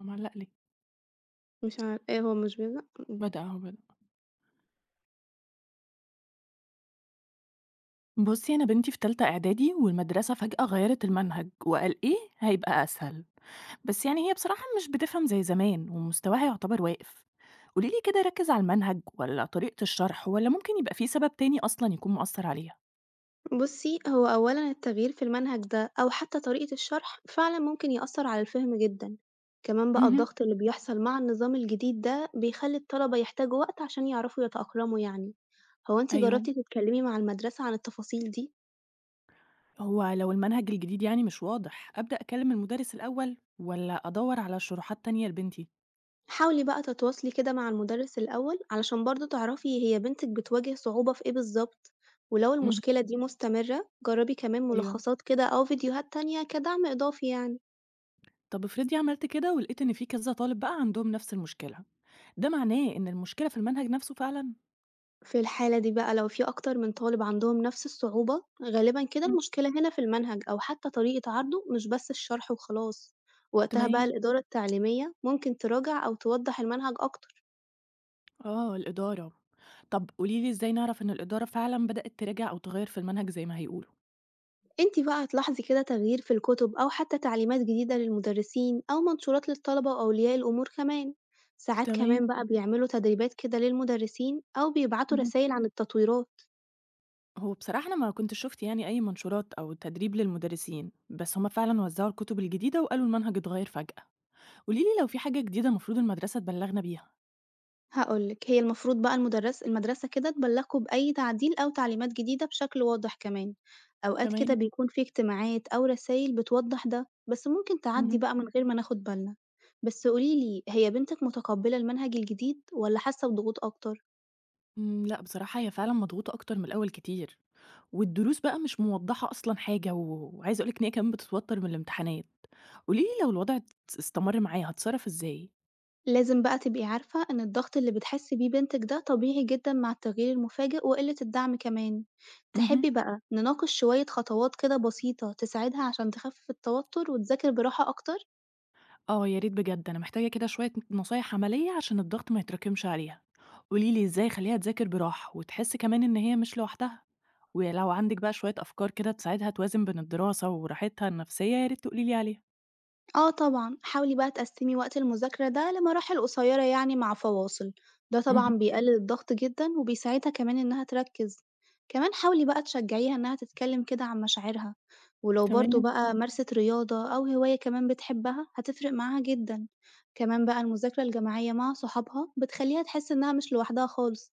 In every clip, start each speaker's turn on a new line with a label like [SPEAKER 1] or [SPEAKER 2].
[SPEAKER 1] معلّق ليه؟
[SPEAKER 2] مش عار إيه هو مش بيزهق؟
[SPEAKER 1] بدأ أهو بدأ. بُصّي، أنا بنتي في تالتة إعدادي والمدرسة فجأة غيّرت المنهج وقال إيه، هيبقى أسهل. بس يعني هي بصراحة مش بتفهم زي زمان ومستواها يعتبر واقف. قولي لي كده ركّز على المنهج والّا طريقة الشرح والّا ممكن يبقى في سبب تاني أصلًا يكون مأثّر عليها؟
[SPEAKER 2] بُصّي، هو أولًا التغيير في المنهج ده أو حتى طريقة الشرح فعلًا ممكن يأثّر على الفهم جدًا، كمان بقى
[SPEAKER 1] اهم،
[SPEAKER 2] الضغط اللي بيحصل مع النظام الجديد ده بيخلّي الطلبة يحتاجوا وقت عشان يعرفوا يتأقلموا يعني. هو أنتِ
[SPEAKER 1] أيوه.
[SPEAKER 2] جرّبتِ تتكلمي مع المدرسة عن التفاصيل دي؟
[SPEAKER 1] هو لو المنهج الجديد يعني مش واضح، أبدأ أكلم المدرس الأول والّا أدوّر على شروحات تانية لبنتي؟
[SPEAKER 2] حاولي بقى تتواصلي كده مع المُدرِّس الأول علشان برضه تعرفي هي بنتِك بتواجه صعوبة في إيه بالضبط، ولو
[SPEAKER 1] اهم،
[SPEAKER 2] المشكلة دي مستمرة جرّبي كمان
[SPEAKER 1] أيوه.
[SPEAKER 2] ملخصات كده أو فيديوهات تانية كدعم إضافي يعني.
[SPEAKER 1] طب افرضي عملت كده ولقيت إن في كذا طالب بقى عندهم نفس المشكلة، ده معناه إن المشكلة في المنهج نفسه فعلًا؟
[SPEAKER 2] في الحالة دي بقى لو في أكتر من طالب عندهم نفس الصعوبة غالبا كده
[SPEAKER 1] مم.
[SPEAKER 2] المشكلة هنا في المنهج أو حتى طريقة عرضه مش بس الشرح وخلاص. وقتها بقى
[SPEAKER 1] تمام،
[SPEAKER 2] الإدارة التعليمية ممكن تراجع أو توضح المنهج أكتر.
[SPEAKER 1] آه الإدارة، طب قولي لي إزاي نعرف إن الإدارة فعلًا بدأت تراجع أو تغير في المنهج زي ما هيقولوا؟
[SPEAKER 2] انتي بقى هتلاحظي كده تغيير في الكتب أو حتى تعليمات جديدة للمدرسين أو منشورات للطلبة وأولياء الأمور كمان. ساعات كمان
[SPEAKER 1] تمام،
[SPEAKER 2] بقى بيعملوا تدريبات كده للمدرسين أو بيبعتوا
[SPEAKER 1] اهم.
[SPEAKER 2] رسائل عن التطويرات.
[SPEAKER 1] هو بصراحة أنا ما كنتش شُفت يعني أي منشورات أو تدريب للمدرسين، بس هم فعلًا وزعوا الكتب الجديدة وقالوا المنهج اتغير فجأة. قولي لي لو في حاجة جديدة المفروض المدرسة تبلغنا بيها؟
[SPEAKER 2] هاقول لِك، هي المفروض بقى المدرسة كده تبلّغكم بأي تعديل أو تعليمات جديدة بشكل واضح كمان، أوقات كده
[SPEAKER 1] تمام،
[SPEAKER 2] بيكون في اجتماعات أو رسايل بتوضّح ده، بس ممكن تعدّي
[SPEAKER 1] اهم.
[SPEAKER 2] بقى من غير ما ناخد بالنا. بس قولي لي، هي بنتِك متقبّلة المنهج الجديد والّا حاسة بضغوط أكتر؟
[SPEAKER 1] لأ بصراحة هي فعلًا مضغوطة أكتر من الأول كتير، والدروس بقى مش موضحة أصلًا حاجة، و وعايزة أقول لِك إن هي كمان بتتوتر من الامتحانات. قولي لي لو الوضع استمر معايا هاتصرف إزاي؟
[SPEAKER 2] لازم بقى تبقي عارفة إن الضغط اللي بتحس بيه بنتِك ده طبيعي جدًا مع التغيير المفاجئ وقِلّة الدعم كمان.
[SPEAKER 1] اهم.
[SPEAKER 2] تحبّي بقى نناقش شوية خطوات كده بسيطة تساعدها عشان تخفِّف التوتر وتذاكر براحة أكتر؟
[SPEAKER 1] آه يا ريت بجد، أنا محتاجة كده شوية نصايح عملية عشان الضغط ما يتراكمش عليها. قولي لي إزاي أخلّيها تذاكر براحة، وتحس كمان إن هي مش لوحدها، ولو عندِك بقى شوية أفكار كده تساعدها توازن بين الدراسة وراحتها النفسية يا ريت تقولي لي عليها.
[SPEAKER 2] آه طبعًا، حاولي بقى تقسّمي وقت المذاكرة ده لمراحل قصيّرة يعني مع فواصل، ده
[SPEAKER 1] اهم.
[SPEAKER 2] طبعًا بيقلل الضغط جدًا وبيساعدها كمان إنها تركّز. كمان حاولي بقى تشجّعيها إنها تتكلّم كده عن مشاعرها، ولو برضه
[SPEAKER 1] تمام.
[SPEAKER 2] بقى مارسِت رياضة أو هواية كمان بتحبها هتفرق معاها جدًا. كمان بقى المذاكرة الجماعية مع صحابها بتخلّيها تحس إنها مش لوحدها خالص.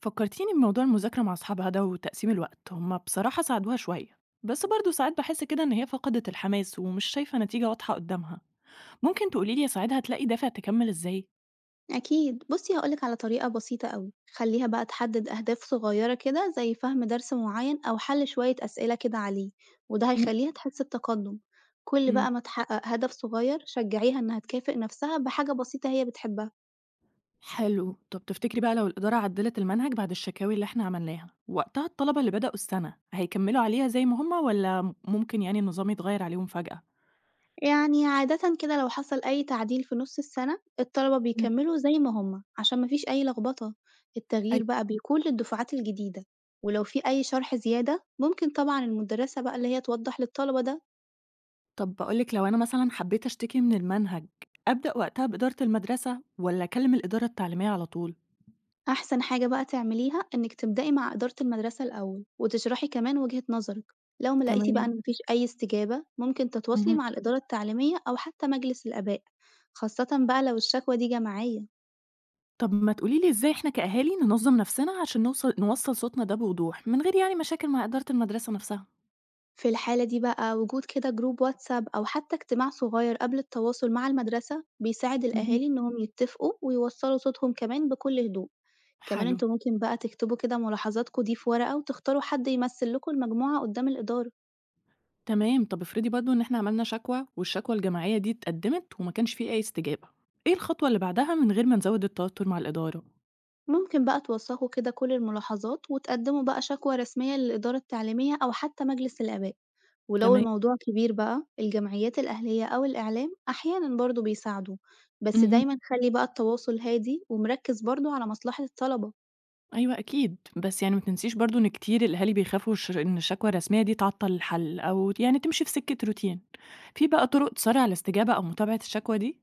[SPEAKER 1] فكرتيني بموضوع المذاكرة مع أصحابها ده وتقسيم الوقت هما بصراحة ساعدوها شوية، بس برضه ساعات بحس كده إن هي فقدت الحماس ومش شايفة نتيجة واضحة قدامها. ممكن تقوليلي أساعدها تلاقي دافع تكمل إزاي؟
[SPEAKER 2] أكيد بصي هقولك على طريقة بسيطة أوي. خليها بقى تحدد أهداف صغيرة كده زي فهم درس معين أو حل شوية أسئلة كده عليه، وده
[SPEAKER 1] م-
[SPEAKER 2] هيخليها تحس بتقدم. كل
[SPEAKER 1] مم.
[SPEAKER 2] بقى ما تحقق هدف صغير شجعيها إنها تكافئ نفسها بحاجة بسيطة هي بتحبها.
[SPEAKER 1] حلو، طب تفتكري بقى لو الإدارة عدلت المنهج بعد الشكاوي اللي احنا عملناها وقتها الطلبة اللي بدأوا السنة هيكملوا عليها زي ما هما، ولا ممكن يعني النظام يتغير عليهم فجأة؟
[SPEAKER 2] يعني عادة كده لو حصل أي تعديل في نص السنة الطلبة
[SPEAKER 1] مم.
[SPEAKER 2] بيكملوا زي ما هما عشان مفيش أي لخبطة.
[SPEAKER 1] أي.
[SPEAKER 2] التغيير بقى بيكون للدفعات الجديدة، ولو في أي شرح زيادة ممكن طبعا المدرسة بقى اللي هي توضح للطلبة ده.
[SPEAKER 1] طب بقولك لو أنا مثلا حبيت أشتكي من المنهج، أبدأ وقتها بإدارة المدرسة ولا أكلم الإدارة التعليمية على طول؟
[SPEAKER 2] أحسن حاجة بقى تعمليها إنِّك تبدئي مع إدارة المدرسة الأول، وتشرحي كمان وجهة نظرِك، لو ما لقيتِ بقى إن
[SPEAKER 1] تمام،
[SPEAKER 2] ما فيش أي استجابة ممكن تتواصلي
[SPEAKER 1] اهم.
[SPEAKER 2] مع الإدارة التعليمية أو حتى مجلس الآباء، خاصةً بقى لو الشكوى دي جماعية.
[SPEAKER 1] طب ما تقولي لي إزاي إحنا كأهالي ننظّم نفسنا عشان نوصّل صوتنا ده بوضوح، من غير يعني مشاكل مع إدارة المدرسة نفسها؟
[SPEAKER 2] في الحالة دي بقى وجود كده جروب واتساب أو حتى اجتماع صغير قبل التواصل مع المدرسة بيساعد
[SPEAKER 1] اهم.
[SPEAKER 2] الأهالي إنهم يتفقوا ويوصلوا صوتهم كمان بكل هدوء. كمان
[SPEAKER 1] حلو،
[SPEAKER 2] أنتم ممكن بقى تكتبوا كده ملاحظاتكم دي في ورقة وتختاروا حد يمثل لكم المجموعة قدام الإدارة.
[SPEAKER 1] تمام. طب افرضي برضه إن إحنا عملنا شكوى والشكوى الجماعية دي اتقدّمت وما كانش في أي استجابة، إيه الخطوة اللي بعدها من غير ما نزوّد التوتر مع الإدارة؟
[SPEAKER 2] ممكن بقى توثقوا كده كل الملاحظات وتقدموا بقى شكوى رسمية للإدارة التعليمية أو حتى مجلس الآباء، ولو
[SPEAKER 1] تمام.
[SPEAKER 2] الموضوع كبير بقى الجمعيات الأهلية أو الإعلام أحيانا برضو بيساعدوا. بس
[SPEAKER 1] اهم.
[SPEAKER 2] دايما خلي بقى التواصل هادي ومركز برضو على مصلحة الطلبة.
[SPEAKER 1] أيوه أكيد، بس يعني ما تنسيش برضه إن كتير الأهالي بيخافوا إن الشكوى الرسمية دي تعطّل الحل أو يعني تمشي في سكة روتين. في بقى طرق تسرّع الاستجابة أو متابعة الشكوى دي؟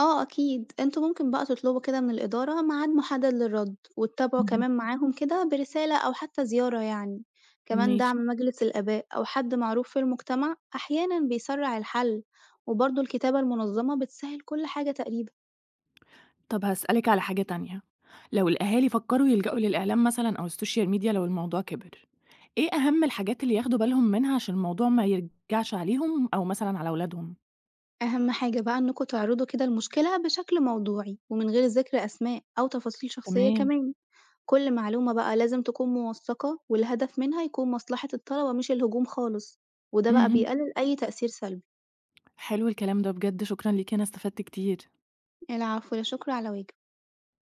[SPEAKER 2] آه أكيد، أنتم ممكن بقى تطلبوا كده من الإدارة ميعاد محدد للرد، وتتابعوا
[SPEAKER 1] اهم.
[SPEAKER 2] كمان معاهم كده برسالة أو حتى زيارة يعني. كمان
[SPEAKER 1] ماشي.
[SPEAKER 2] دعم مجلس الآباء أو حد معروف في المجتمع أحيانا بيسرع الحل، وبرضه الكتابة المنظمة بتسهل كل حاجة تقريبا.
[SPEAKER 1] طب هاسألِك على حاجة تانية، لو الأهالي فكّروا يلجأوا للإعلام مثلًا أو السوشيال ميديا لو الموضوع كبر، إيه أهم الحاجات اللي ياخدوا بالهم منها عشان الموضوع ما يرجعش عليهم أو مثلًا على ولادهم؟
[SPEAKER 2] أهم حاجة بقى إنكم تعرضوا كده المشكلة بشكل موضوعي ومن غير ذكر أسماء أو تفاصيل شخصية
[SPEAKER 1] تمام،
[SPEAKER 2] كمان، كل معلومة بقى لازم تكون موثقة والهدف منها يكون مصلحة الطلبة مش الهجوم خالص، وده بقى
[SPEAKER 1] اهم،
[SPEAKER 2] بيقلل أي تأثير سلبي.
[SPEAKER 1] حلو. الكلام ده بجد شكرًا ليك، أنا استفدت كتير.
[SPEAKER 2] العفو، لا شكر على واجب.